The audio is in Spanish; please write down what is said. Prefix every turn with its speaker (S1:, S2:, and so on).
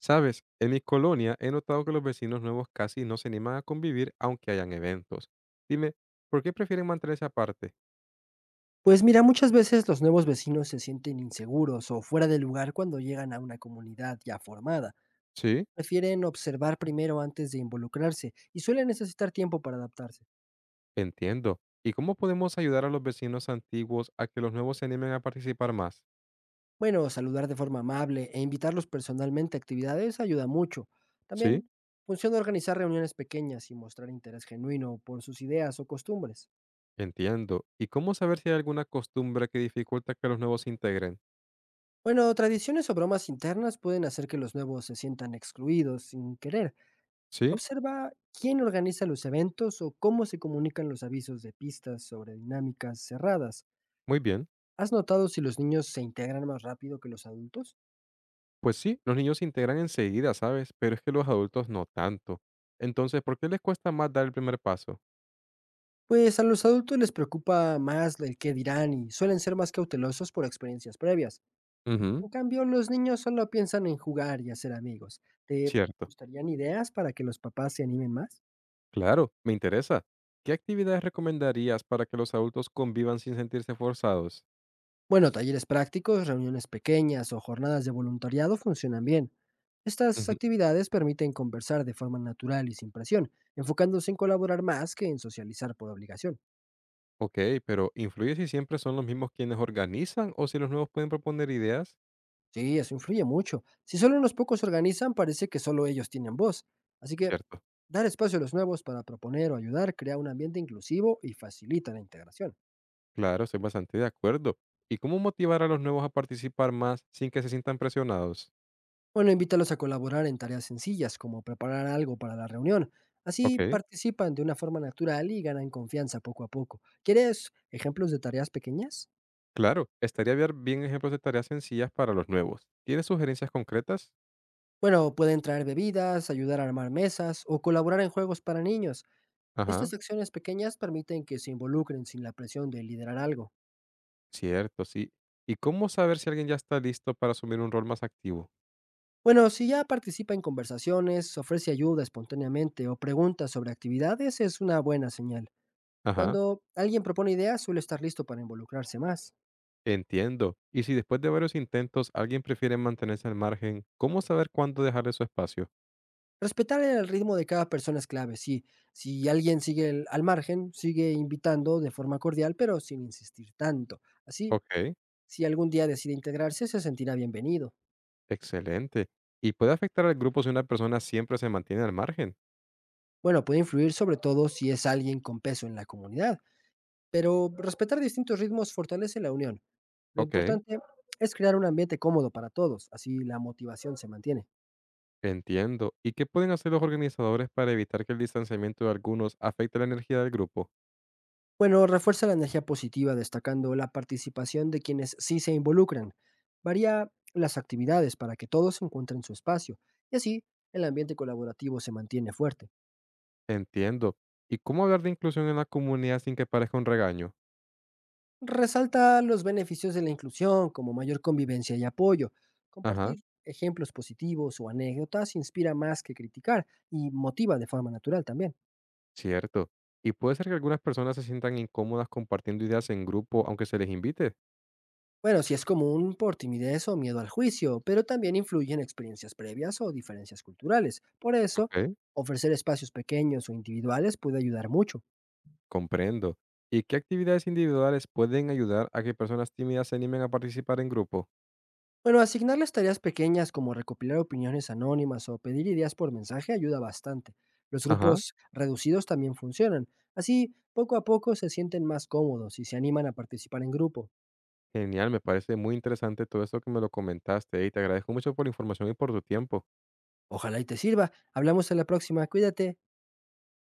S1: Sabes, en mi colonia he notado que los vecinos nuevos casi no se animan a convivir aunque hayan eventos. Dime, ¿por qué prefieren mantenerse aparte?
S2: Pues mira, muchas veces los nuevos vecinos se sienten inseguros o fuera de lugar cuando llegan a una comunidad ya formada.
S1: Sí,
S2: Prefieren observar primero antes de involucrarse y suelen necesitar tiempo para adaptarse.
S1: entiendo. ¿Y cómo podemos ayudar a los vecinos antiguos a que los nuevos se animen a participar más?
S2: Bueno, saludar de forma amable e invitarlos personalmente a actividades ayuda mucho.
S1: Sí,
S2: También funciona organizar reuniones pequeñas y mostrar interés genuino por sus ideas o costumbres.
S1: entiendo. ¿Y cómo saber si hay alguna costumbre que dificulta que los nuevos se integren?
S2: Bueno, tradiciones o bromas internas pueden hacer que los nuevos se sientan excluidos sin querer.
S1: Sí,
S2: Observa quién organiza los eventos o cómo se comunican los avisos de pistas sobre dinámicas cerradas.
S1: muy bien.
S2: ¿Has notado si los niños se integran más rápido que los adultos?
S1: Pues sí, los niños se integran enseguida, ¿sabes? Pero es que los adultos no tanto. Entonces, ¿por qué les cuesta más dar el primer paso?
S2: Pues a los adultos les preocupa más el qué dirán y suelen ser más cautelosos por experiencias previas.
S1: Ujú,
S2: En cambio, los niños solo piensan en jugar y hacer amigos. ¿Te
S1: cierto.
S2: gustarían ideas para que los papás se animen más?
S1: Claro, me interesa. ¿Qué actividades recomendarías para que los adultos convivan sin sentirse forzados?
S2: Bueno, talleres prácticos, reuniones pequeñas o jornadas de voluntariado funcionan bien. Estas
S1: Ujú.
S2: actividades permiten conversar de forma natural y sin presión, enfocándose en colaborar más que en socializar por obligación.
S1: Ok, pero ¿influye si siempre son los mismos quienes organizan o si los nuevos pueden proponer ideas?
S2: Sí, eso influye mucho. Si solo unos pocos se organizan, parece que solo ellos tienen voz. Así que
S1: Cierto.
S2: dar espacio a los nuevos para proponer o ayudar crea un ambiente inclusivo y facilita la integración.
S1: Claro, estoy bastante de acuerdo. ¿Y cómo motivar a los nuevos a participar más sin que se sientan presionados?
S2: Bueno, invítalos a colaborar en tareas sencillas, como preparar algo para la reunión. Así
S1: Ok.
S2: participan de una forma natural y ganan confianza poco a poco. ¿Quieres ejemplos de tareas pequeñas?
S1: Claro, estaría ver bien ejemplos de tareas sencillas para los nuevos. ¿Tienes sugerencias concretas?
S2: Bueno, pueden traer bebidas, ayudar a armar mesas o colaborar en juegos para niños.
S1: Ajá,
S2: Estas acciones pequeñas permiten que se involucren sin la presión de liderar algo.
S1: cierto, sí. ¿Y cómo saber si alguien ya está listo para asumir un rol más activo?
S2: Bueno, si ya participa en conversaciones, ofrece ayuda espontáneamente o pregunta sobre actividades, es una buena señal.
S1: Ajá.
S2: Cuando alguien propone ideas, suele estar listo para involucrarse más.
S1: Entiendo. Y si después de varios intentos alguien prefiere mantenerse al margen, ¿cómo saber cuándo dejarle su espacio?
S2: Respetar el ritmo de cada persona es clave, sí. Si alguien sigue al margen, sigue invitando de forma cordial, pero sin insistir tanto. Así,
S1: Ok,
S2: si algún día decide integrarse, se sentirá bienvenido.
S1: excelente. ¿Y puede afectar al grupo si una persona siempre se mantiene al margen?
S2: Bueno, puede influir sobre todo si es alguien con peso en la comunidad, pero respetar distintos ritmos fortalece la unión. Lo
S1: Ok,
S2: importante es crear un ambiente cómodo para todos, así la motivación se mantiene.
S1: entiendo. ¿Y qué pueden hacer los organizadores para evitar que el distanciamiento de algunos afecte la energía del grupo?
S2: Bueno, refuerza la energía positiva destacando la participación de quienes sí se involucran. Varía las actividades para que todos encuentren su espacio y así el ambiente colaborativo se mantiene fuerte.
S1: Entiendo. ¿Y cómo hablar de inclusión en la comunidad sin que parezca un regaño?
S2: Resalta los beneficios de la inclusión como mayor convivencia y apoyo.
S1: Ajá,
S2: Compartir ejemplos positivos o anécdotas inspira más que criticar y motiva de forma natural también.
S1: cierto. ¿Y puede ser que algunas personas se sientan incómodas compartiendo ideas en grupo aunque se les invite?
S2: Bueno, sí es común por timidez o miedo al juicio, pero también influyen experiencias previas o diferencias culturales. Por eso,
S1: Ok.
S2: ofrecer espacios pequeños o individuales puede ayudar mucho.
S1: Comprendo. ¿Y qué actividades individuales pueden ayudar a que personas tímidas se animen a participar en grupo?
S2: Bueno, asignarles tareas pequeñas como recopilar opiniones anónimas o pedir ideas por mensaje ayuda bastante. Los
S1: Ajá.
S2: grupos reducidos también funcionan. Así, poco a poco se sienten más cómodos y se animan a participar en grupo.
S1: Genial, me parece muy interesante todo esto que me lo comentaste y te agradezco mucho por la información y por tu tiempo.
S2: Ojalá y te sirva. Hablamos en la próxima. Cuídate.